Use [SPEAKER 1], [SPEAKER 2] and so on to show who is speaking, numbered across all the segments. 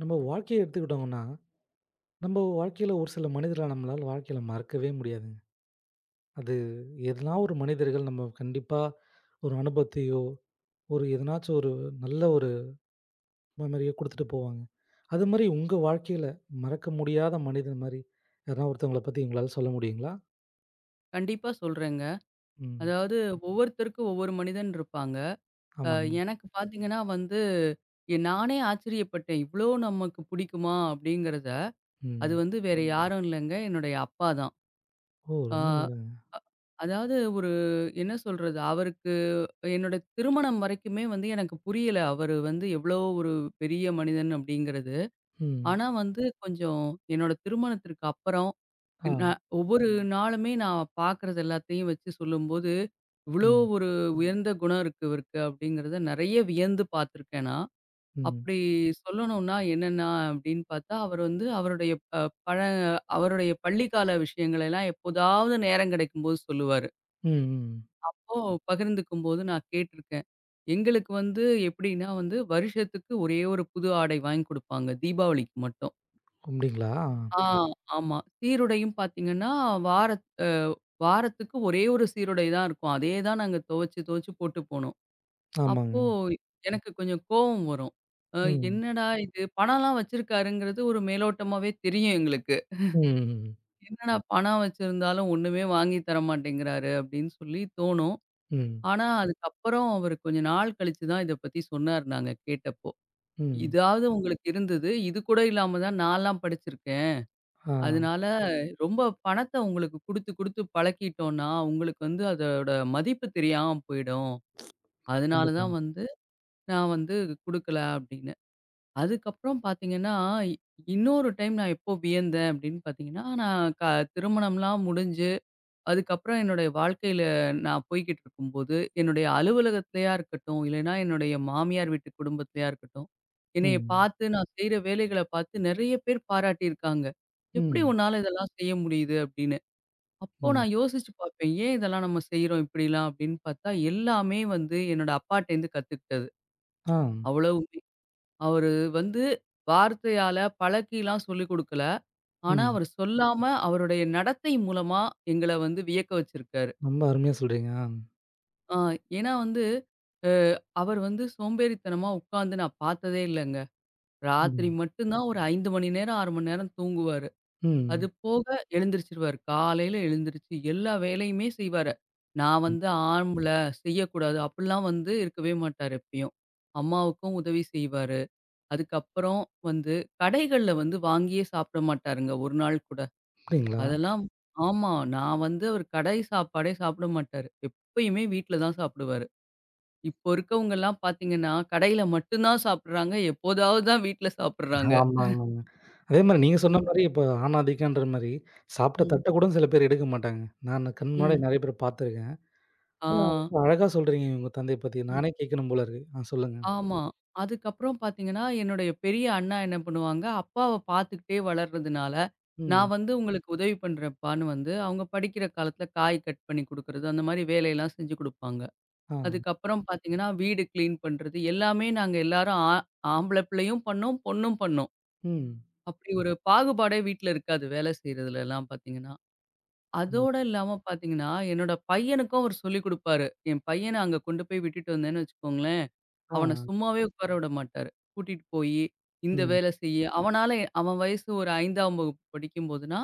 [SPEAKER 1] நம்ம வாழ்க்கைய எடுத்துக்கிட்டோங்கன்னா, நம்ம வாழ்க்கையில ஒரு சில மனிதர்கள நம்மளால வாழ்க்கையில மறக்கவே முடியாதுங்க. அது எதனா ஒரு மனிதர்கள் நம்ம கண்டிப்பா ஒரு அனுபவத்தையோ, ஒரு எதனாச்சும் ஒரு நல்ல ஒரு மெமரியோ குடுத்துட்டு போவாங்க. அது மாரி உங்க வாழ்க்கையில மறக்க முடியாத மனிதர் மாரி யாருனா ஒருத்தவங்கள பத்தி உங்களால சொல்ல முடியுங்களா?
[SPEAKER 2] கண்டிப்பா சொல்றேங்க.
[SPEAKER 1] ம்.
[SPEAKER 2] அதாவது ஒவ்வொருத்தருக்கும் ஒவ்வொரு மனிதன் இருப்பாங்க. அ
[SPEAKER 1] ஆமாங்க.
[SPEAKER 2] எனக்கு பார்த்தீங்கன்னா வந்து, நானே ஆச்சரியப்பட்டேன். இவ்ளோ நமக்கு பிடிக்குமா அப்படிங்கிறத. அது
[SPEAKER 1] ம்.
[SPEAKER 2] வந்து வேற யாரும் இல்லங்க, என்னுடைய அப்பா தான்.
[SPEAKER 1] ஓ!
[SPEAKER 2] ஆ
[SPEAKER 1] ரொம்ப நல்லது.
[SPEAKER 2] அதாவது ஒரு என்ன சொல்றது? அவருக்கு என்னோட திருமணம் வரைக்குமே வந்து எனக்கு புரியல. அவரு வந்து எவ்வளோ ஒரு பெரிய மனிதன் அப்படிங்கிறது.
[SPEAKER 1] ம்.
[SPEAKER 2] ஆனா வந்து கொஞ்சம் என்னோட திருமணத்திற்கு அப்புறம்
[SPEAKER 1] ஆ.
[SPEAKER 2] நான் ஒவ்வொரு நாளுமே நான் பார்க்குறது எல்லாத்தையும் வச்சு சொல்லும்போது, இவ்ளோ
[SPEAKER 1] ம்.
[SPEAKER 2] ஒரு உயர்ந்த குணம் இருக்கு இவருக்கு அப்படிங்கிறத நெறைய வியந்து பார்த்துருக்கேன் நான்.
[SPEAKER 1] ம்.
[SPEAKER 2] அப்படி சொல்லணும்னா என்னென்னா அப்படின்னு பார்த்தா, அவர் வந்து அவருடைய அ பழ அவருடைய பள்ளிக்கால விஷயங்களெல்லாம் எப்போதாவது நேரம் கிடைக்கும்போது சொல்லுவாரு.
[SPEAKER 1] ம். ம்.
[SPEAKER 2] அப்போ பகிர்ந்துக்கும்போது நான் கேட்டுருக்கேன். எங்களுக்கு வந்து எப்படின்னா வந்து, வருஷத்துக்கு ஒரே ஒரு புது ஆடை வாங்கி குடுப்பாங்க, தீபாவளிக்கு மட்டும்.
[SPEAKER 1] அப்படிங்களா?
[SPEAKER 2] ஆ, ஆமா. சீருடையும் பார்த்தீங்கன்னா, வாரத் அ வாரத்துக்கு ஒரே ஒரு சீருடை தான் இருக்கும். அதே தான் நாங்க துவச்சு போட்டு போனோம்.
[SPEAKER 1] ஆமாங்க.
[SPEAKER 2] அப்போ எனக்கு கொஞ்சம் கோவம் வரும். அ
[SPEAKER 1] ம்.
[SPEAKER 2] என்னடா இது பணம்லாம் வச்சிருக்காருங்கிறது ஒரு மேலோட்டமாவே தெரியும் எங்களுக்கு.
[SPEAKER 1] ம். ம்.
[SPEAKER 2] என்னடா பணம் வச்சிருந்தாலும் ஒண்ணுமே வாங்கி தர மாட்டேங்கிறாரு அப்படின்னு சொல்லி தோணும்.
[SPEAKER 1] ம்.
[SPEAKER 2] ஆனா, அதுக்கப்புறம் அவரு கொஞ்ச நாள் கழிச்சு தான் இத பத்தி சொன்னாரு நாங்க கேட்டப்போ.
[SPEAKER 1] ம்.
[SPEAKER 2] இதாவது உங்களுக்கு இருந்தது. இது கூட இல்லாம தான் நான்லாம் படிச்சிருக்கேன்.
[SPEAKER 1] ஆ.
[SPEAKER 2] அதனால ரொம்ப பணத்த உங்களுக்கு குடுத்து பழக்கிட்டோம்னா, உங்களுக்கு வந்து அதோட மதிப்பு தெரியாம போயிடும். அதனால
[SPEAKER 1] கண்டிப்பா.
[SPEAKER 2] தான் வந்து நான் வந்து குடுக்கல அப்டின்னேன். அதுக்கப்புறம் பார்த்தீங்கன்னா, இ- இன்னொரு டைம் நான் எப்போ வியந்தேன் அப்டின்னு பார்த்தீங்கன்னா, நான் க திருமணம்லாம் முடிஞ்சு அதுக்கப்புறம் என்னுடைய வாழ்க்கையில நான் போய்க்கிட்டு இருக்கும்போது, என்னுடைய அலுவலகத்திலயா இருக்கட்டும், இல்லைன்னா என்னுடைய மாமியார் வீட்டு குடும்பத்திலயா இருக்கட்டும், என்னைய
[SPEAKER 1] ம்.
[SPEAKER 2] பார்த்து நான் செய்ற வேலைகள பார்த்து நெறைய பேர் பாராட்டியிருக்காங்க. "எப்படி
[SPEAKER 1] ம்.
[SPEAKER 2] உன்னால இதெல்லாம் செய்ய முடியுது?" அப்படின்னு. அப்போ
[SPEAKER 1] ம்.
[SPEAKER 2] நான் யோசிச்சு பார்ப்பேன், "ஏன் இதெல்லாம் நம்ம செய்றோம் இப்படிலாம்?" அப்படின்னு பார்த்தா, எல்லாமே வந்து என்னோட அப்பாட்டேருந்து கத்துக்கிட்டது.
[SPEAKER 1] ஆ.
[SPEAKER 2] அவ்வளவுமே. அவரு வந்து வார்த்தையால பழக்கிலாம் சொல்லிக் குடுக்கல. ஆனா,
[SPEAKER 1] ம்.
[SPEAKER 2] அவரு சொல்லாம அவருடைய நடத்தை மூலமா எங்கள வந்து வியக்க வச்சிருக்காரு.
[SPEAKER 1] ரொம்ப அருமையா சொல்றீங்க. ஆ.
[SPEAKER 2] ஆ, ஏன்னா வந்து, அ அவர் வந்து சோம்பேறித்தனமா உட்காந்து நான் பார்த்ததே இல்லங்க. ராத்திரி
[SPEAKER 1] ம்.
[SPEAKER 2] மட்டும் தான் ஒரு 5 மணி நேரம், 6 மணி நேரம் தூங்குவாரு. அது
[SPEAKER 1] ம்.
[SPEAKER 2] போக எழுந்திரிச்சுருவாரு. காலையில எழுந்திரிச்சு எல்லா வேலையுமே செய்வாரு. நான் வந்து ஆம்பள செய்யக்கூடாது அப்படிலாம் வந்து இருக்கவே மாட்டாரு எப்பயும். அம்மாவுக்கும் உதவி செய்வாரு. அதுக்கப்புறம் வந்து கடைகள்ல வந்து வாங்கியே சாப்பிட மாட்டாருங்க ஒரு நாள் கூட.
[SPEAKER 1] அப்படிங்களா?
[SPEAKER 2] அதெல்லாம் ஆமா. நான் வந்து அவர் கடை சாப்பாடே சாப்பிட மாட்டாரு. எப்பயுமே வீட்ல தான் சாப்பிடுவாரு. இப்போ இருக்கவங்கலாம் பார்த்தீங்கன்னா, கடையில மட்டும் தான் சாப்பிடுறாங்க. எப்போதாவது தான் வீட்ல சாப்பிடுறாங்க.
[SPEAKER 1] ஆமா, ஆமாங்க. அதே மாரி நீங்க சொன்ன
[SPEAKER 2] ம்,
[SPEAKER 1] மாரி இப்ப ஆணாதிக்கம்ன்ற மாரி சாப்பிட்ட
[SPEAKER 2] ம்,
[SPEAKER 1] தட்ட கூட சில பேர் எடுக்க மாட்டாங்க. நான் கண் முன்னாடி
[SPEAKER 2] ம்.
[SPEAKER 1] நெறைய பேர பார்த்துருக்கேன்.
[SPEAKER 2] ஆ.
[SPEAKER 1] ஆனா ரொம்ப அழகா சொல்றீங்க உங்க தந்தைய பத்தி.
[SPEAKER 2] ம்.
[SPEAKER 1] நானே கேட்கணும் போல இருக்கு. ஆ சொல்லுங்க.
[SPEAKER 2] ஆமா. அதுக்கப்புறம் பார்த்தீங்கன்னா, என்னுடைய பெரிய அண்ணா என்ன பண்ணுவாங்க, அப்பாவ பார்த்துக்கிட்டே வளர்றதுனால,
[SPEAKER 1] ம்.
[SPEAKER 2] நான் வந்து உங்களுக்கு உதவி பண்றேன்ப்பான்னு வந்து, அவங்க படிக்கிற காலத்தில காய் கட் பண்ணி குடுக்குறது, அந்த மாரி வேலையெல்லாம் செஞ்சு குடுப்பாங்க.
[SPEAKER 1] ஆ.
[SPEAKER 2] அதுக்கப்புறம் பார்த்தீங்கன்னா, வீடு கிளீன் பண்றது எல்லாமே நாங்க எல்லாரும் ஆம்பள பிள்ளையும் பண்ணோம், பொண்ணும் பண்ணோம்.
[SPEAKER 1] ம்.
[SPEAKER 2] அப்படி ஒரு பாகுபாடே வீட்ல இருக்காது. வேலை செய்றதுலலாம் பார்த்தீங்கன்னா.
[SPEAKER 1] ம்.
[SPEAKER 2] அதோட இல்லாம பார்த்தீங்கன்னா, என்னோட பையனுக்கும் அவர் சொல்லிக் குடுப்பாரு. என் பையன அங்க கொண்டு போய் விட்டுட்டு வந்தேன்னு வச்சுக்கோங்களேன்,
[SPEAKER 1] ஆ.
[SPEAKER 2] அவன சும்மாவே உட்கார விட மாட்டாரு. கூட்டிட்டு போயி, இந்த
[SPEAKER 1] ம்.
[SPEAKER 2] வேலை செய்யி, அவனால அவன் வயசு ஒரு 5ஆம் வகுப்பு படிக்கும்போதுனா,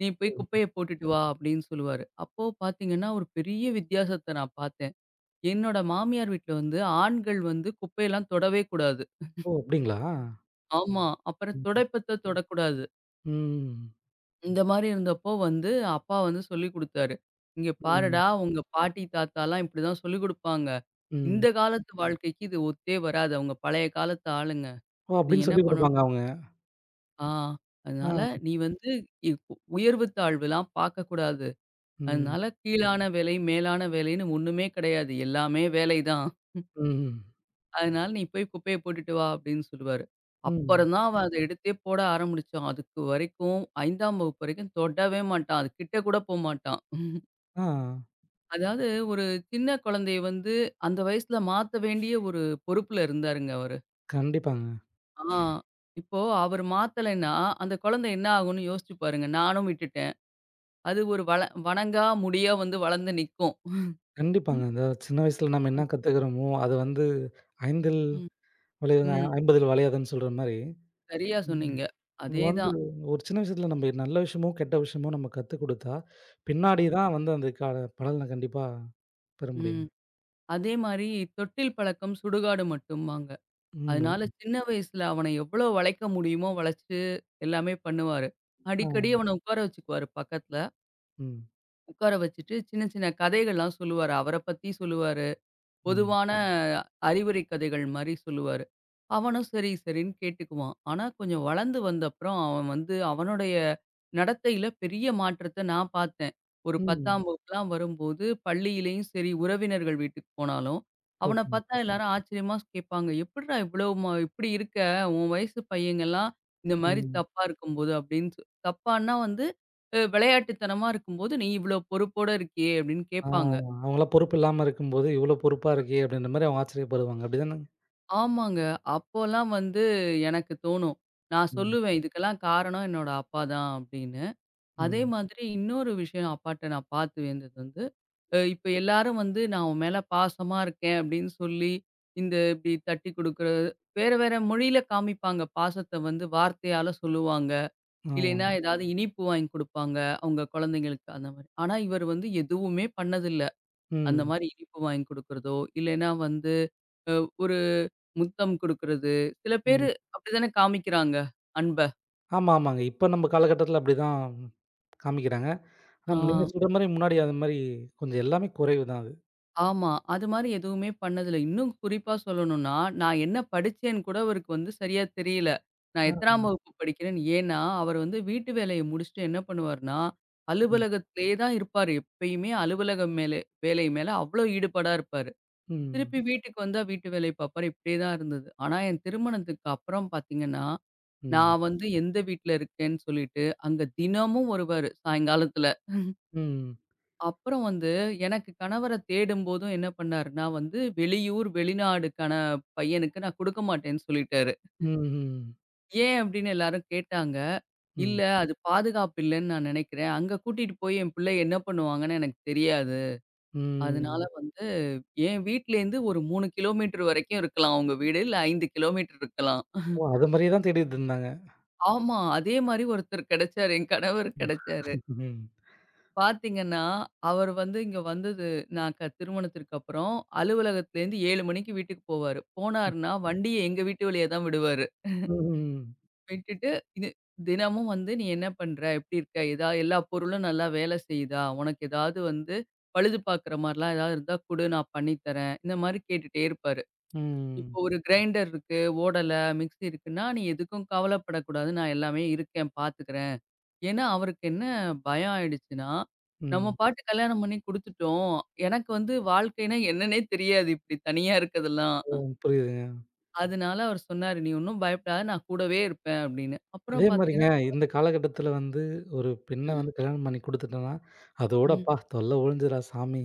[SPEAKER 2] "நீ போய் குப்பைய போட்டுட்டு வா" அப்படின்னு சொல்லுவாரு. அப்போ பார்த்தீங்கன்னா, ஒரு பெரிய வித்தியாசத்த நான் பார்த்தேன். என்னோட மாமியார் வீட்ல வந்து ஆண்கள் வந்து குப்பையெல்லாம் தொடவே கூடாது.
[SPEAKER 1] ஓ! அப்படிங்களா?
[SPEAKER 2] ஆமா. அப்புறம்
[SPEAKER 1] ம்.
[SPEAKER 2] துடைப்பத்த தொடக்கூடாது.
[SPEAKER 1] ம்.
[SPEAKER 2] இந்த மாரி இருந்தப்போ வந்து, அப்பா வந்து சொல்லிக் குடுத்தாரு. "இங்க
[SPEAKER 1] ம்.
[SPEAKER 2] பாருடா, உங்க பாட்டி, தாத்தாலாம் இப்படிதான் சொல்லிக் குடுப்பாங்க.
[SPEAKER 1] ம்.
[SPEAKER 2] இந்த காலத்து வாழ்க்கைக்கு இது ஒத்தே வராது. அவங்க பழைய காலத்து ஆளுங்க.
[SPEAKER 1] ஓ!
[SPEAKER 2] நீ
[SPEAKER 1] அப்படின்னு
[SPEAKER 2] என்ன
[SPEAKER 1] சொல்லிக்
[SPEAKER 2] பண்ணணும்
[SPEAKER 1] குடுப்பாங்க அவங்க.
[SPEAKER 2] ஆ
[SPEAKER 1] ஆ.
[SPEAKER 2] அதனால நீ வந்து இப் உயர்வு தாழ்வுலாம் பார்க்கக்கூடாது.
[SPEAKER 1] ம்.
[SPEAKER 2] அதனால கீழான வேலை, மேலான வேலைன்னு ஒண்ணுமே கிடையாது. எல்லாமே வேலை தான்.
[SPEAKER 1] ம்.
[SPEAKER 2] அதனால நீ போய் குப்பைய போட்டுட்டு வா" அப்படின்னு சொல்லுவாரு.
[SPEAKER 1] ம்.
[SPEAKER 2] அப்புறம் தான் அவன் அத எடுத்தே போட ஆரம்பிச்சான். அதுக்கு வரைக்கும் 5ஆம் வகுப்பு வரைக்கும் தொடவே மாட்டான். அது கிட்ட கூட போமாட்டான்.
[SPEAKER 1] ஆ.
[SPEAKER 2] அதாவது ஒரு சின்ன குழந்தைய வந்து அந்த வயசுல மாத்த வேண்டிய ஒரு பொறுப்புல இருந்தாருங்க அவரு.
[SPEAKER 1] கண்டிப்பாங்க,
[SPEAKER 2] ஆ இப்போ அவரு மாத்தலைன்னா, அந்த குழந்தை என்ன ஆகும்னு யோசிச்சு பாருங்க. நானும் விட்டுட்டேன். அது ஒரு வள வணங்கா முடியா வந்து வளர்ந்து நிக்கும். ம்,
[SPEAKER 1] கண்டிப்பாங்க. இந்த சின்ன வயசுல நம்ம என்ன கத்துக்கிறோமோ, அது வந்து "ஐந்தில்
[SPEAKER 2] ம்.
[SPEAKER 1] விளையாத
[SPEAKER 2] ம்,
[SPEAKER 1] ஐம்பதில் வளையாதுன்னு" சொல்ற மாரி,
[SPEAKER 2] சரியா
[SPEAKER 1] ம்.
[SPEAKER 2] சொன்னீங்க.
[SPEAKER 1] நம்ம வந்து
[SPEAKER 2] அதேதான்.
[SPEAKER 1] ஒரு சின்ன விஷயத்துல நம்ம நல்ல விஷயமோ, கெட்ட விஷயமோ நம்ம கத்துக் குடுத்தா, பின்னாடி
[SPEAKER 2] ம்,
[SPEAKER 1] தான் வந்து அதுக்கான பலன கண்டிப்பா பெற முடியுங்க.
[SPEAKER 2] ம். அதே மாரி தொட்டில் பழக்கம் சுடுகாடு மட்டும்பாங்க.
[SPEAKER 1] ம். ரொம்
[SPEAKER 2] அதனால சின்ன வயசுல அவன எவ்வளோ வளைக்க முடியுமோ வளைச்சு எல்லாமே பண்ணுவாரு.
[SPEAKER 1] ஆ.
[SPEAKER 2] அடிக்கடி அவன உட்கார வச்சுக்குவாரு பக்கத்துல.
[SPEAKER 1] ம்.
[SPEAKER 2] உட்கார வச்சுட்டு, சின்ன சின்ன கதைகள்லாம் சொல்லுவாரு. அவர பத்தி சொல்லுவாரு.
[SPEAKER 1] ம்.
[SPEAKER 2] பொதுவான அறிவுரை கதைகள் மாரி சொல்லுவாரு. அவனும் சரி, சரின்னு கேட்டுக்குவான். ஆனா, கொஞ்சம் வளர்ந்து வந்தப்புறம் அவன் வந்து அவனுடைய நடத்தையில பெரிய மாற்றத்த நான் பார்த்தேன். ஒரு
[SPEAKER 1] ம்.
[SPEAKER 2] 10ஆம் வகுப்புலாம் வரும்போது பள்ளியிலேயும் சரி, உறவினர்கள் வீட்டுக்கு போனாலும், அவன
[SPEAKER 1] ஓகேங்க.
[SPEAKER 2] பார்த்தா எல்லாரும் ஆச்சரியமா கேட்பாங்க. "எப்புட்றா இவ்வளோ இப்படி இருக்க? உன் வயசு பையங்கலாம் இந்த மாரி
[SPEAKER 1] ம்.
[SPEAKER 2] தப்பா இருக்கும்போது" அப்படின்னு தப்பான்னா வந்து விளையாட்டுத்தனமா இருக்கும்போது, "நீ இவ்வளோ பொறுப்போட இருக்கியே" அப்படின்னு
[SPEAKER 1] ஆ
[SPEAKER 2] கேட்பாங்க.
[SPEAKER 1] அவங்கலாம் பொறுப்பு இல்லாம இருக்கும்போது, "இவ்ளோ பொறுப்பா இருக்கே!" அப்படின்ற மாரி அவங்க ஆச்சரியப்படுவாங்க. அப்படிதானங்க?
[SPEAKER 2] ஆமாங்க. அப்போலாம் வந்து எனக்கு தோணும். நான்
[SPEAKER 1] ம்.
[SPEAKER 2] சொல்லுவேன், "இதுக்கெல்லாம் காரணம் என்னோட அப்பா தான்" அப்படின்னு. அதே
[SPEAKER 1] ம்.
[SPEAKER 2] மாதிரி இன்னொரு விஷயம் அப்பாட்ட நான் பார்த்து வியந்தது வந்து, இப்ப எல்லாரும் வந்து நான் உன் மேல பாசமா இருக்கேன் அப்படின்னு சொல்லி, இந்த இப்படி தட்டி குடுக்குறது, வேற வேற மொழியில காமிப்பாங்க. பாசத்த வந்து வார்த்தையால சொல்லுவாங்க. இல்லைன்னா
[SPEAKER 1] ஆமாங்க.
[SPEAKER 2] ஏதாவது இனிப்பு வாங்கி குடுப்பாங்க, அவங்க குழந்தைங்களுக்கு அந்த மாரி. ஆனா இவர் வந்து எதுவுமே பண்ணதில்ல. அந்த
[SPEAKER 1] ம்.
[SPEAKER 2] மாரி இனிப்பு வாங்கி குடுக்குறதோ, இல்லைன்னா வந்து அ ஒரு முத்தம் குடுக்குறது, சில பேரு
[SPEAKER 1] ம்.
[SPEAKER 2] அப்படித்தானே காமிக்கிறாங்க, அன்ப.
[SPEAKER 1] ஆமா, ஆமாங்க. இப்ப நம்ம காலகட்டத்தில அப்படிதான் காமிக்கிறாங்க. ஆனா
[SPEAKER 2] ஆ,
[SPEAKER 1] நீங்க சொல்ற மாரி முன்னாடி அது மாரி கொஞ்சம் எல்லாமே குறைவு தான் அது.
[SPEAKER 2] ஆமா. அது மாரி எதுவுமே பண்ணதில்ல. இன்னும் குறிப்பா சொல்லணும்னா, நான் என்ன படிச்சேன்னு கூட அவருக்கு வந்து சரியா தெரியல. நான்
[SPEAKER 1] ஆ.
[SPEAKER 2] எத்தனாம் வகுப்பு படிக்கிறேன்னு. ஏன்னா, அவர் வந்து வீட்டு வேலைய முடிச்சுட்டு என்ன பண்ணுவாருன்னா,
[SPEAKER 1] ம்.
[SPEAKER 2] அலுவலகத்திலேயே தான் இருப்பாரு. எப்பயுமே அலுவலகம் மேலே வேலை மேல அவ்வளோ ஈடுபாடா இருப்பாரு.
[SPEAKER 1] ம்.
[SPEAKER 2] திருப்பி வீட்டுக்கு வந்தா வீட்டு வேலை பாப்பாரு. இப்படியே தான் இருந்தது. ஆனா, என் திருமணத்துக்கு அப்புறம் பார்த்தீங்கன்னா
[SPEAKER 1] ம்.
[SPEAKER 2] நான் வந்து எந்த வீட்ல இருக்கேன்னு சொல்லிட்டு, அங்க தினமும் வருவாரு சாயங்காலத்துல.
[SPEAKER 1] ம்.
[SPEAKER 2] அப்புறம் வந்து எனக்கு கணவர தேடும்போதும் என்ன பண்ணாருன்னா வந்து, வெளியூர், வெளிநாடுக்கான பையனுக்கு நான் குடுக்க மாட்டேன்னு சொல்லிட்டாரு.
[SPEAKER 1] ம்ஹ்ம்.
[SPEAKER 2] ஏன் அப்படின்னு எல்லாரும் கேட்டாங்க.
[SPEAKER 1] ம். ம்.
[SPEAKER 2] "இல்ல அது பாதுகாப்பு இல்லன்னு நான் நினைக்கிறேன். அங்க கூட்டிட்டு போய் என் பிள்ளை என்ன பண்ணுவாங்கன்னு எனக்கு தெரியாது. அதனால
[SPEAKER 1] ம்.
[SPEAKER 2] வந்து என் வீட்லேருந்து ஒரு 3 கிலோமீட்டர் வரைக்கும் இருக்கலாம் உங்க வீடு. இல்ல 5 கிலோமீட்டர் இருக்கலாம்."
[SPEAKER 1] ஓ! அது மாரியே தான் தேடிட்டு இருந்தாங்க.
[SPEAKER 2] ஆமா. அதே மாரி ஒருத்தர் கிடைச்சாரு. என் கணவர் கிடைச்சாரு.
[SPEAKER 1] ம்.
[SPEAKER 2] பாத்தீங்கன்னா, அவர் வந்து இங்க வந்தது நான் க திருமணத்திற்கு அப்புறம் அலுவலகத்திலேருந்து 7 மணிக்கு வீட்டுக்கு போவாரு. போனாருன்னா வண்டிய எங்க வீட்டு வெளிய தான் விடுவாரு.
[SPEAKER 1] ம்.
[SPEAKER 2] விட்டுட்டு இது தினமும் வந்து "நீ என்ன பண்ற? எப்படி இருக்க? ஏதா எல்லா பொருளும் நல்லா வேலை செய்யுதா? உனக்கு ஏதாவது வந்து பழுது பார்க்குற மாரிலாம் ஏதாவது இருந்தா குடு நான் பண்ணி தரேன்." இந்த மாரி கேட்டுட்டே இருப்பாரு. இப்போ
[SPEAKER 1] ம்.
[SPEAKER 2] ஒரு கிரைண்டர் இருக்கு, ஓடல, மிக்ஸி இருக்குன்னா, "நீ எதுக்கும் கவலைப்படக்கூடாது. நான் எல்லாமே இருக்கேன் பார்த்துக்கிறேன்." ஏன்னா, அவருக்கு என்ன பயம் ஆயிடுச்சுன்னா, நம்ம
[SPEAKER 1] ம்.
[SPEAKER 2] பாட்டு கல்யாணம் பண்ணி குடுத்துட்டோம். எனக்கு வந்து வாழ்க்கைன்னா என்னன்னே தெரியாது. இப்படி தனியா இருக்கதெல்லாம்.
[SPEAKER 1] ஓ! புரியுதுங்க.
[SPEAKER 2] அதனால அவர் சொன்னாரு, "நீ ஒண்ணும் பயப்படாத. நான் கூடவே இருப்பேன்" அப்படின்னு. அப்புறம்
[SPEAKER 1] அதே மாரிங்க
[SPEAKER 2] பாத்தீங்கன்னா
[SPEAKER 1] இந்த காலகட்டத்தில வந்து ஒரு பெண்ண
[SPEAKER 2] ம்.
[SPEAKER 1] வந்து கல்யாணம் பண்ணி குடுத்துட்டோம்னா, அதோட
[SPEAKER 2] ம்.
[SPEAKER 1] அப்பா தொல்ல ஒழிஞ்சுடா சாமி.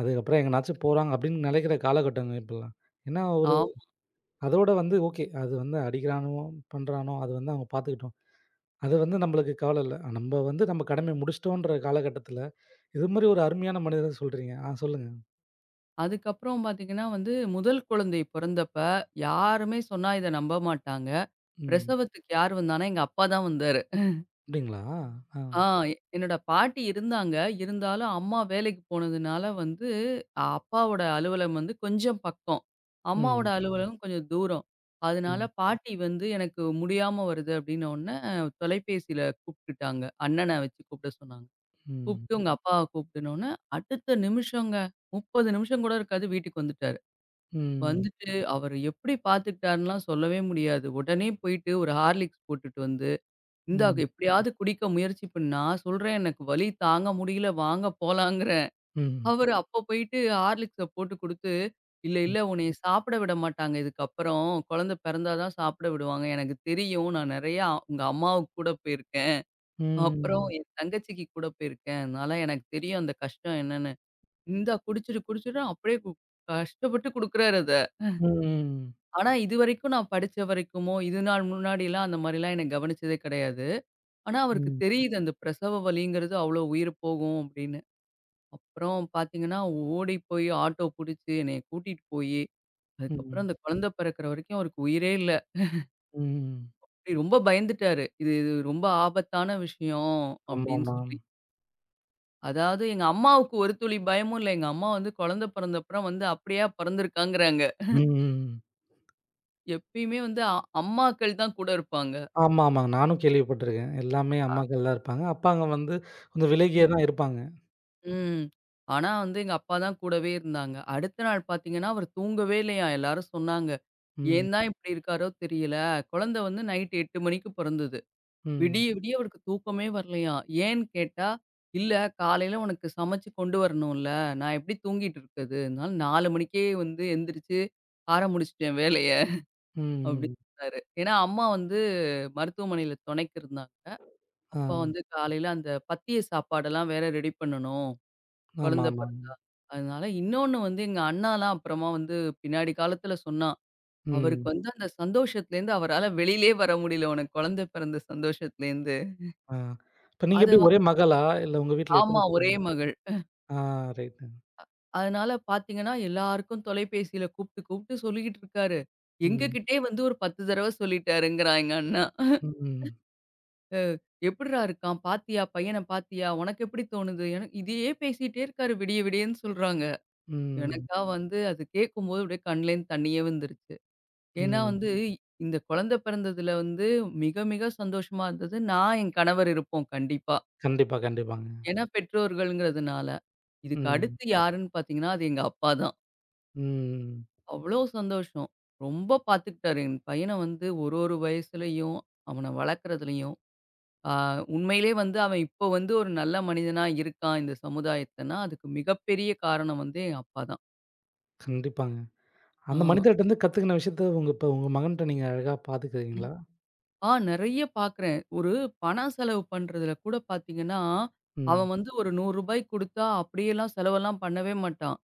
[SPEAKER 1] அதுக்கப்புறம் எங்கனாச்சும் போறாங்க அப்படின்னு நினைக்கிற காலகட்டங்க இப்பலாம். ஏன்னா ஒரு
[SPEAKER 2] ஆமா.
[SPEAKER 1] அதோட வந்து ஓகே. அது வந்து அடிக்கிறானோ, பண்றானோ அது வந்து அவங்க பார்த்துக்கட்டும். அது வந்து நம்மளுக்கு கவல இல்ல. நம்ம வந்து நம்ம கடமைய முடிச்சுட்டோன்ற காலகட்டத்தில, இது மாரி ஒரு அருமையான மனிதர் சொல்றீங்க. ஆ சொல்லுங்க.
[SPEAKER 2] அதுக்கப்புறம் பாத்தீங்கன்னா வந்து, முதல் குழந்தை பொறந்தப்ப யாருமே சொன்னா இத நம்ப மாட்டாங்க.
[SPEAKER 1] ம்.
[SPEAKER 2] பிரசவத்துக்கு யார் வந்தான்னா, எங்க அப்பா தான் வந்தாரு.
[SPEAKER 1] அப்படிங்களா? ஆ.
[SPEAKER 2] ஆ என்னோட பாட்டி இருந்தாங்க. இருந்தாலும் அம்மா வேலைக்கு போனதுனால வந்து, அ, அப்பாவோட அலுவலகம் வந்து கொஞ்சம் பக்கம். அம்மாவோட
[SPEAKER 1] ம்.
[SPEAKER 2] அலுவலகம் கொஞ்சம் தூரம். அதனால
[SPEAKER 1] ம்.
[SPEAKER 2] பாட்டி வந்து எனக்கு முடியாம வருது அப்டின்னோனே, தொலைபேசியில கூப்ட்டுட்டாங்க. அண்ணன வச்சு கூப்பிட சொன்னாங்க.
[SPEAKER 1] ம்.
[SPEAKER 2] கூப்ட்டு உங்க அப்பாவ கூப்ட்டுனோனே, அடுத்த நிமிஷங்க 30 நிமிஷம் கூட இருக்காது வீட்டுக்கு வந்துட்டாரு.
[SPEAKER 1] ம்.
[SPEAKER 2] வந்துட்டு அவரு எப்டி பார்த்துக்கிட்டாருன்லாம் சொல்லவே முடியாது. உடனே போயிட்டு ஒரு ஹார்லிக்ஸ் போட்டுட்டு வந்து இந்தா
[SPEAKER 1] ம்.
[SPEAKER 2] எப்படியாவது குடிக்க முயற்சி பண்ணா, சொல்றேன் எனக்கு வலி தாங்க முடியல வாங்க போலாங்கிறேன்.
[SPEAKER 1] ம்.
[SPEAKER 2] அவரு அப்ப போயிட்டு ஹார்லிக்ஸ போட்டு குடுத்து, "இல்ல,
[SPEAKER 1] ம்.
[SPEAKER 2] இல்ல உன்னைய சாப்பிட விட மாட்டாங்க இதுக்கப்புறம். குழந்தை பிறந்தா தான் சாப்பிட விடுவாங்க. எனக்கு தெரியும். நான் நெறையா உங்க அம்மாவுக்கு கூட போயிருக்கேன். அப்புறம்
[SPEAKER 1] ம்.
[SPEAKER 2] என் தங்கச்சிக்கு கூட போயிருக்கேன். அதனால எனக்கு தெரியும் அந்த கஷ்டம் என்னன்னு." இந்தா குடிச்சிடு குடிச்சிடுன்னு அப்படியே கஷ்டப்பட்டு குடுக்குறாரு அத.
[SPEAKER 1] ம்.
[SPEAKER 2] ஆனா இதுவரைக்கும் நான் படிச்ச வரைக்குமோ, இது நாள் முன்னாடிலாம் அந்த மாரிலாம் என்ன கவனிச்சதே கிடையாது. ஆனா, அவருக்கு
[SPEAKER 1] ம்.
[SPEAKER 2] தெரியுது அந்த பிரசவ வலிங்கிறது அவ்வளோ உயிர் போகும் அப்படின்னு. அப்புறம் பார்த்தீங்கன்னா, ஓடி போய் ஆட்டோ புடிச்சு என்னைய கூட்டிட்டு போயி, அதுக்கப்புறம்
[SPEAKER 1] ம்.
[SPEAKER 2] அந்த குழந்தை பிறக்கிற வரைக்கும் அவருக்கு உயிரே இல்ல.
[SPEAKER 1] ம்.
[SPEAKER 2] ரொம்ப பயந்துட்டாரு. இது இது ரொம்ப ஆபத்தான விஷயம் அப்படின்னு
[SPEAKER 1] ஆமாமா.
[SPEAKER 2] சொல்லி. அதாவது எங்க அம்மாவுக்கு ஒரு துளி பயமும் இல்ல. எங்க அம்மா வந்து குழந்தை பிறந்த அப்புறம் வந்து அப்படியா பிறந்திருக்காங்கிறாங்க.
[SPEAKER 1] ம்.
[SPEAKER 2] எப்பயுமே வந்து அம்மாக்கள் தான் கூட இருப்பாங்க.
[SPEAKER 1] ஆமா, ஆமாங்க. நானும் கேள்விப்பட்டிருக்கேன். எல்லாமே அம்மாக்கள் தான் இருப்பாங்க. அப்பாங்க வந்து கொஞ்சம்
[SPEAKER 2] அ.
[SPEAKER 1] விலகியே தான் இருப்பாங்க.
[SPEAKER 2] ம். ஆனா வந்து எங்க அப்பா தான் கூடவே இருந்தாங்க. அடுத்த நாள் பார்த்தீங்கன்னா, அவரு தூங்கவே இல்லையாம். எல்லாரும் சொன்னாங்க.
[SPEAKER 1] ம்.
[SPEAKER 2] ஏன் தான் இப்படி இருக்காரோ தெரியல. குழந்தை வந்து நைட் 8 மணிக்கு பொறந்தது.
[SPEAKER 1] ம்.
[SPEAKER 2] விடிய விடிய அவருக்கு தூக்கமே வரலையாம். ஏன்னு கேட்டா, "இல்ல காலையில உனக்கு சமைச்சு கொண்டு வரணும்ல. நான் எப்படி தூங்கிட்டு இருக்கது? அதனால 4 மணிக்கே வந்து எந்திரிச்சு ஆற முடிச்சுட்டேன் வேலைய"
[SPEAKER 1] ம். ம்.
[SPEAKER 2] அப்படின்னாரு. ஏன்னா அம்மா வந்து மருத்துவமனையில துணைக்கு இருந்தாங்க.
[SPEAKER 1] ஆ.
[SPEAKER 2] அப்பா வந்து காலையில அந்த பத்திய சாப்பாடெல்லாம் வேற ரெடி பண்ணணும்.
[SPEAKER 1] ஆமா,
[SPEAKER 2] குழந்தை பிறந்ததுனால.
[SPEAKER 1] ஆமாங்க.
[SPEAKER 2] அதனால இன்னொன்னு வந்து எங்க அண்ணாலாம் அப்புறமா வந்து பின்னாடி காலத்துல சொன்னான். அவருக்கு
[SPEAKER 1] ம்.
[SPEAKER 2] வந்து அந்த சந்தோஷத்துலேருந்து அவரால வெளியிலயே வர முடியல. உனக்கு குழந்தை பிறந்த சந்தோஷத்துலேருந்து.
[SPEAKER 1] ஆ. இப்ப நீங்க
[SPEAKER 2] அது
[SPEAKER 1] எப்படி ஒரே
[SPEAKER 2] வந்து
[SPEAKER 1] மகளா? இல்ல உங்க வீட்ல
[SPEAKER 2] ஆமா
[SPEAKER 1] எத்தன பேர்?
[SPEAKER 2] ஒரே மகள்.
[SPEAKER 1] ஆ ரைட்டுங்க.
[SPEAKER 2] அதனால பார்த்தீங்கன்னா, எல்லாருக்கும் தொலைபேசியில கூப்பிட்டு கூப்பிட்டு சொல்லிக்கிட்டு இருக்காரு.
[SPEAKER 1] ம்.
[SPEAKER 2] எங்ககிட்டயே வந்து ஒரு 10 தடவ சொல்லிட்டாருங்கிறான் எங்க அண்ணா.
[SPEAKER 1] ம்.
[SPEAKER 2] "எப்புட்றா இருக்கான்? பாத்தியா? பையன பாத்தியா? உனக்கு எப்படி தோணுது?" எனக்கு இதையே பேசிட்டே இருக்காரு விடிய விடியன்னு சொல்றாங்க.
[SPEAKER 1] ம்.
[SPEAKER 2] எனக்கா வந்து அது கேட்கும்போது அப்படியே கண்லேருந்து தண்ணியே வந்துருச்சு. ஏன்னா
[SPEAKER 1] ம்.
[SPEAKER 2] வந்து, இந்த குழந்தை பிறந்ததுல வந்து மிக, மிக சந்தோஷமா இருந்தது. நான், என் கணவர் இருப்போம் கண்டிப்பா.
[SPEAKER 1] கண்டிப்பா, கண்டிப்பாங்க.
[SPEAKER 2] ஏன்னா பெற்றோர்கள்ங்கிறதுனால. இதுக்கு
[SPEAKER 1] ம்.
[SPEAKER 2] அடுத்து யாருன்னு பார்த்தீங்கன்னா, அது எங்க அப்பா தான்.
[SPEAKER 1] ம்.
[SPEAKER 2] அவ்ளோ சந்தோஷம். ரொம்ப பார்த்துக்கிட்டாரு. என் பையன வந்து ஒரு வயசுலயும், அவன வளர்க்குறதுலயும். ஆ உண்மையிலே வந்து அவன் இப்போ வந்து ஒரு நல்ல மனிதனா இருக்கான் இந்த சமுதாயத்துலன்னா, அதுக்கு மிகப்பெரிய காரணம் வந்து என் அப்பா தான்.
[SPEAKER 1] கண்டிப்பாங்க. அந்த மனிதர்ட்டருந்து கத்துக்கின விஷயத்த உங்க இப்ப உங்க மகன்ட்ட நீங்க அழகா
[SPEAKER 2] ஆ.
[SPEAKER 1] பாத்துக்கிறீங்களா?
[SPEAKER 2] ஆ நெறைய பார்க்குறேன். ஒரு பணம் செலவு பண்றதுல கூட பார்த்தீங்கன்னா,
[SPEAKER 1] ம்.
[SPEAKER 2] அவன் வந்து ஒரு ரூ. 100 குடுத்தா அப்படியெல்லாம் செலவெல்லாம் பண்ணவே மாட்டான்.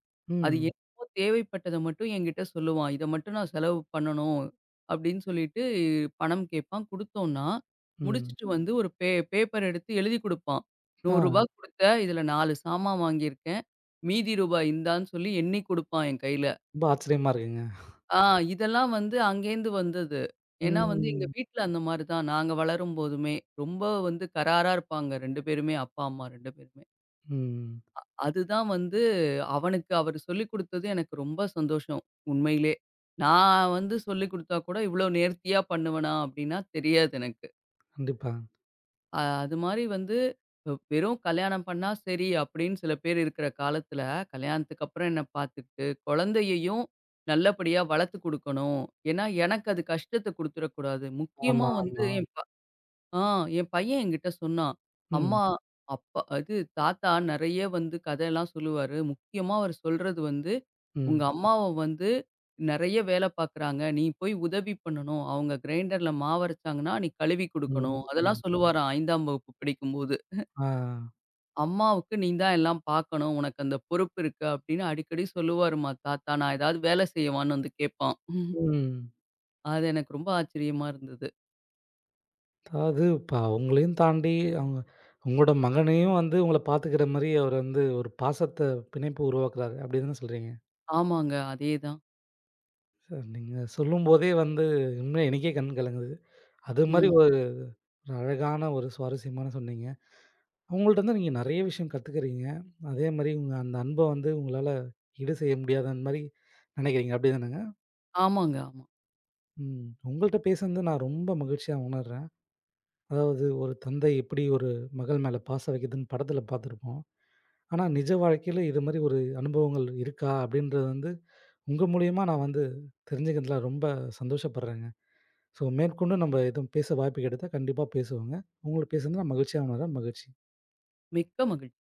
[SPEAKER 2] அது
[SPEAKER 1] ம்.
[SPEAKER 2] என்னவோ தேவைப்பட்டத மட்டும் என்கிட்ட சொல்லுவான். "இத மட்டும் நான் செலவு பண்ணணும்." அப்படின்னு சொல்லிட்டு பணம் கேட்பான். குடுத்தோம்னா,
[SPEAKER 1] ம்.
[SPEAKER 2] முடிச்சுட்டு வந்து ஒரு பேப்பர் எடுத்து எழுதி குடுப்பான். "ரூ.
[SPEAKER 1] ஆ
[SPEAKER 2] 100 குடுத்த, இதுல 4 சாமான் வாங்கியிருக்கேன். மீதி ரூபாய் இந்தான்னு" சொல்லி எண்ணி குடுப்பான் என் கையில.
[SPEAKER 1] ரொம்ப ஆச்சரியமா இருக்குங்க.
[SPEAKER 2] ஆ இதெல்லாம் வந்து அங்கேருந்து வந்தது. ஏன்னா வந்து எங்க
[SPEAKER 1] ம்.
[SPEAKER 2] வீட்ல அந்த மாரி தான். நாங்க வளரும் போதுமே, ரொம்ப வந்து கராரா இருப்பாங்க 2 பேருமே. அப்பா, அம்மா 2 பேருமே.
[SPEAKER 1] ம்.
[SPEAKER 2] அதுதான் வந்து அவனுக்கு அவரு சொல்லிக் குடுத்தது எனக்கு ரொம்ப சந்தோஷம், உண்மையிலே. நான் வந்து சொல்லிக் குடுத்தா கூட இவ்ளோ நேர்த்தியா பண்ணுவனா? அப்டின்னா தெரியாது எனக்கு.
[SPEAKER 1] கண்டிப்பா.
[SPEAKER 2] அது மாரி வந்து வெறும் கல்யாணம் பண்ணா சரி அப்படின்னு சில பேர் இருக்கிற காலத்துல, கல்யாணத்துக்கு அப்புறம் என்ன பார்த்துக்கிட்டு, குழந்தையையும் நல்லபடியா வளர்த்துக் குடுக்கணும். ஏன்னா, எனக்கு அது கஷ்டத்த குடுத்துறக்கூடாது. முக்கியமா
[SPEAKER 1] ஆமா,
[SPEAKER 2] வந்து
[SPEAKER 1] ஆமா.
[SPEAKER 2] என் ப ஆ என் பையன் என்கிட்ட சொன்னான்.
[SPEAKER 1] ம்.
[SPEAKER 2] அம்மா, அப்பா அது தாத்தா நெறைய வந்து கதையெல்லாம் சொல்லுவாரு. முக்கியமா அவரு சொல்றது வந்து, "உங்க
[SPEAKER 1] ம்.
[SPEAKER 2] அம்மாவ வந்து நெறைய வேல பார்க்குறாங்க. நீ போய் உதவி பண்ணணும். அவங்க கிரைண்டர்ல மாவரைச்சாங்கன்னா, நீ கழுவி
[SPEAKER 1] ம்.
[SPEAKER 2] குடுக்கணும்."
[SPEAKER 1] ம்.
[SPEAKER 2] அதெல்லாம் சொல்லுவாராம் 5ஆம் வகுப்பு படிக்கும்போது.
[SPEAKER 1] ஆ.
[SPEAKER 2] "அம்மாவுக்கு நீ தான் எல்லாம் பார்க்கணும். உனக்கு அந்த பொறுப்பு இருக்கு." அப்படின்னு அடிக்கடி சொல்லுவாருமா தாத்தா. நான் ஏதாவது வேல செய்யவான்னு வந்து கேட்பான்.
[SPEAKER 1] ம்.
[SPEAKER 2] அது எனக்கு ரொம்ப ஆச்சரியமா இருந்தது.
[SPEAKER 1] அதாவது இப்ப அவங்களையும் தாண்டி, அவங்க உங்களோட மகனையும் வந்து உங்கள பார்த்துக்கிற மாரி அவர் வந்து ஒரு பாசத்த பிணைப்பு உருவாக்குறாரு. அப்படி தானே சொல்றீங்க?
[SPEAKER 2] ஆமாங்க. அதேதான்.
[SPEAKER 1] சார் நீங்க சொல்லும்போதே வந்து உண்மையா எனக்கே கண் கலங்குது. அது மாரி
[SPEAKER 2] ம்.
[SPEAKER 1] ஒரு அழகான ஒரு சுவாரஸ்யமான சொன்னீங்க. அவங்கள்ட்ட வந்து நீங்க நெறைய விஷயம் கத்துக்கிறீங்க. அதே மாரி உங்க அந்த அன்ப வந்து உங்களால ஈடு செய்ய முடியாத மாரி நினைக்கிறீங்க. அப்படி தானேங்க?
[SPEAKER 2] ஆமாங்க, ஆமா.
[SPEAKER 1] ம். உங்கள்ட்ட பேசுனது நான் ரொம்ப மகிழ்ச்சியா உணர்றேன். அதாவது ஒரு தந்தை எப்படி ஒரு மகள் மேல பாசம் வைக்குதுன்னு படத்துல பார்த்துருப்போம். ஆனா, நிஜ வாழ்க்கையில இது மாரி ஒரு அனுபவங்கள் இருக்கா? அப்படின்றது வந்து உங்க மூலியமா நான் வந்து தெரிஞ்சுக்கிறதுல ரொம்ப சந்தோஷப்படுறேங்க. ஸோ மேற்கொண்டு நம்ம எதுவும் பேச வாய்ப்பு கிடைத்தா கண்டிப்பா பேசுவோங்க. உங்களோட பேசுனதுல மகிழ்ச்சியா உணர்றேன். மகிழ்ச்சி.
[SPEAKER 2] மிக்க மகிழ்ச்சி.